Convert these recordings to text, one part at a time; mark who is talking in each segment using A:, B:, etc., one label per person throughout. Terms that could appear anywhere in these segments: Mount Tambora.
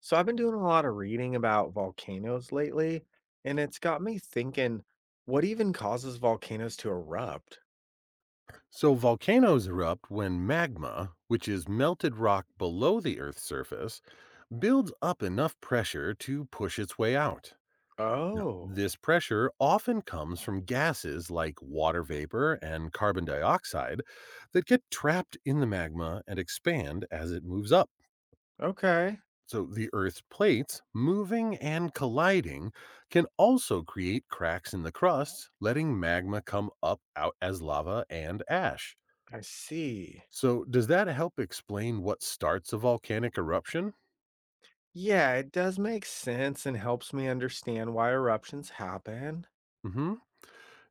A: So I've been doing a lot of reading about volcanoes lately, and it's got me thinking, what even causes volcanoes to erupt?
B: So, volcanoes erupt when magma, which is melted rock below the Earth's surface, builds up enough pressure to push its way out. Now,
A: Oh,
B: this pressure often comes from gases like water vapor and carbon dioxide that get trapped in the magma and expand as it moves up.
A: okay.
B: So, the Earth's plates moving and colliding can also create cracks in the crust, letting magma come up out as lava and ash.
A: I see.
B: So, does that help explain what starts a volcanic eruption?
A: Yeah, it does make sense and helps me understand why eruptions happen.
B: hmm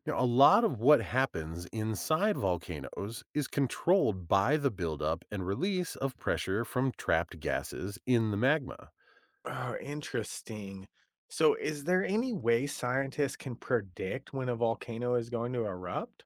B: Now, a lot of what happens inside volcanoes is controlled by the buildup and release of pressure from trapped gases in the magma.
A: Oh, interesting. So is there any way scientists can predict when a volcano is going to erupt?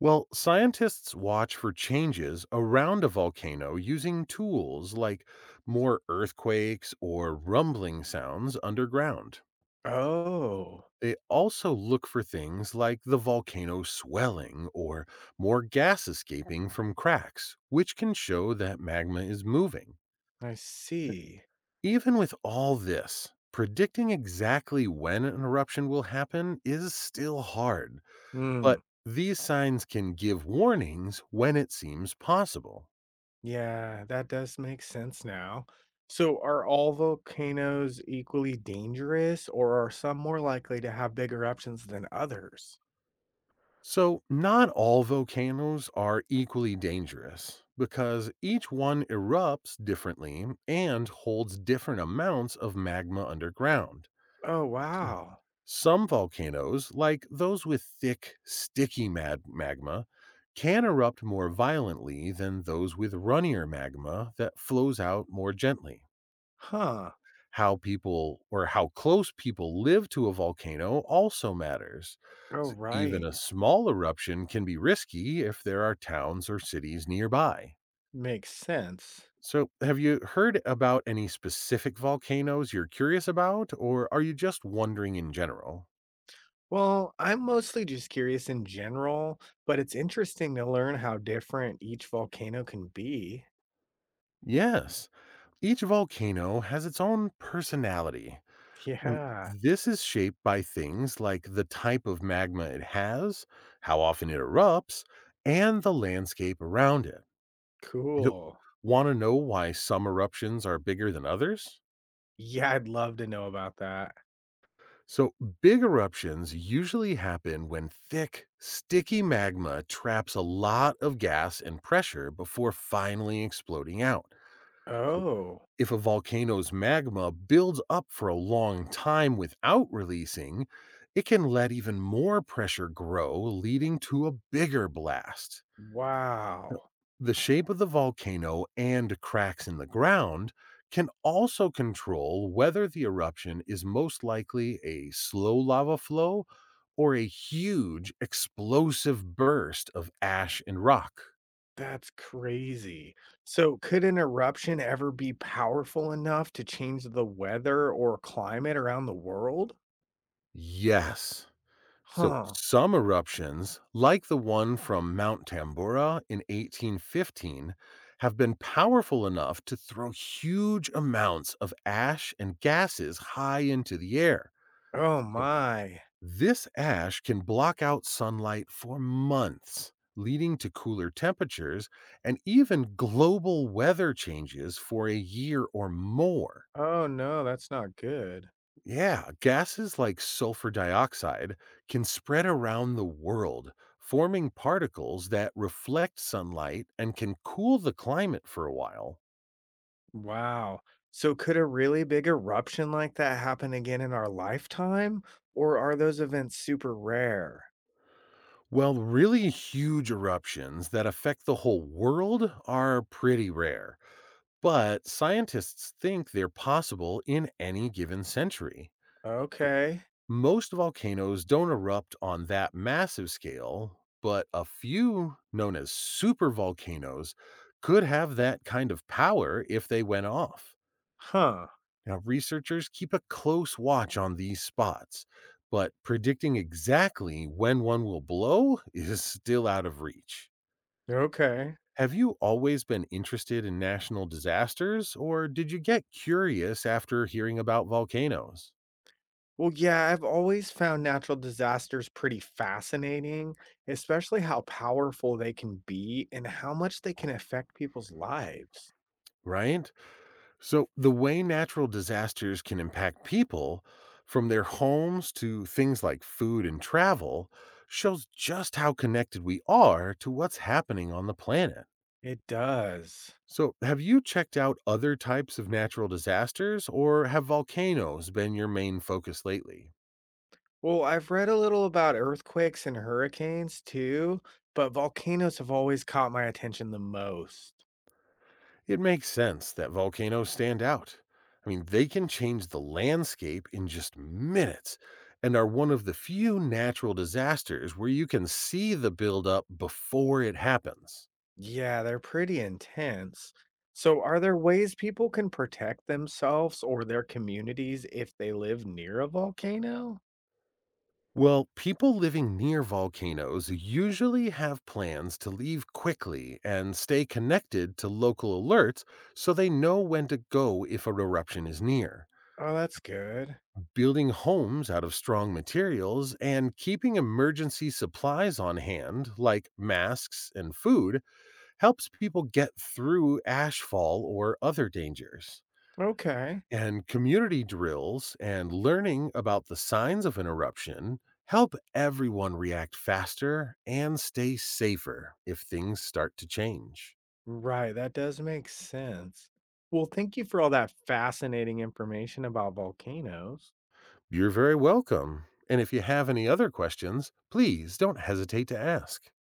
B: Well, scientists watch for changes around a volcano using tools like more earthquakes or rumbling sounds underground.
A: Oh,
B: They also look for things like the volcano swelling or more gas escaping from cracks, which can show that magma is moving.
A: I
B: So
A: see.
B: even with all this, predicting exactly when an eruption will happen is still hard,
A: Hmm.
B: but these signs can give warnings when it seems possible.
A: Yeah, that does make sense now. So, are all volcanoes equally dangerous, or are some more likely to have bigger eruptions than others?
B: So, not all volcanoes are equally dangerous because each one erupts differently and holds different amounts of magma underground.
A: Oh,
B: Hmm.
A: wow.
B: Some volcanoes, like those with thick, sticky magma, can erupt more violently than those with runnier magma that flows out more gently.
A: Huh.
B: How people or how close people live to a volcano also matters.
A: Oh,
B: Even
A: right.
B: a small eruption can be risky if there are towns or cities nearby.
A: Makes sense.
B: So, have you heard about any specific volcanoes you're curious about, or are you just wondering in general?
A: Well, I'm mostly just curious in general, but it's interesting to learn how different each volcano can be.
B: Yes, each volcano has its own personality. I mean,
A: Yeah,
B: this is shaped by things like the type of magma it has, how often it erupts, and the landscape around it. Yep.
A: cool.
B: Want to know why some eruptions are bigger than others?
A: Yeah, I'd love to know about that.
B: So, big eruptions usually happen when thick, sticky magma traps a lot of gas and pressure before finally exploding out. So,
A: Oh,
B: if a volcano's magma builds up for a long time without releasing, it can let even more pressure grow, leading to a bigger blast. No.
A: wow.
B: The shape of the volcano and cracks in the ground can also control whether the eruption is most likely a slow lava flow or a huge explosive burst of ash and rock.
A: That's crazy. So, could an eruption ever be powerful enough to change the weather or climate around the world?
B: Yes. So
A: Huh.
B: some eruptions, like the one from Mount Tambora in 1815, have been powerful enough to throw huge amounts of ash and gases high into the air.
A: Oh
B: So,
A: my.
B: this ash can block out sunlight for months, leading to cooler temperatures and even global weather changes for a year or more.
A: Oh no, that's not good.
B: Yeah, gases like sulfur dioxide can spread around the world, forming particles that reflect sunlight and can cool the climate for a while.
A: Wow. So, could a really big eruption like that happen again in our lifetime? Or are those events super rare?
B: Well, really huge eruptions that affect the whole world are pretty rare, but scientists think they're possible in any given century.
A: Okay.
B: Most volcanoes don't erupt on that massive scale, but a few known as supervolcanoes could have that kind of power if they went off.
A: Huh.
B: Now, researchers keep a close watch on these spots, but predicting exactly when one will blow is still out of reach.
A: Okay.
B: Have you always been interested in national disasters, or did you get curious after hearing about volcanoes?
A: Well, yeah, I've always found natural disasters pretty fascinating, especially how powerful they can be and how much they can affect people's lives.
B: Right? So, the way natural disasters can impact people, from their homes to things like food and travel, shows just how connected we are to what's happening on the planet.
A: It does.
B: So, have you checked out other types of natural disasters, or have volcanoes been your main focus lately?
A: Well, I've read a little about earthquakes and hurricanes too, but volcanoes have always caught my attention the most.
B: It makes sense that volcanoes stand out. I mean, they can change the landscape in just minutes and are one of the few natural disasters where you can see the buildup before it happens.
A: Yeah, they're pretty intense. So, are there ways people can protect themselves or their communities if they live near a volcano?
B: Well, people living near volcanoes usually have plans to leave quickly and stay connected to local alerts so they know when to go if an eruption is near.
A: Oh, that's good.
B: Building homes out of strong materials, and keeping emergency supplies on hand, like masks and food, helps people get through ashfall or other dangers.
A: Okay.
B: And community drills and learning about the signs of an eruption help everyone react faster and stay safer if things start to change.
A: Right, that does make sense. Well, thank you for all that fascinating information about volcanoes.
B: You're very welcome. And if you have any other questions, please don't hesitate to ask.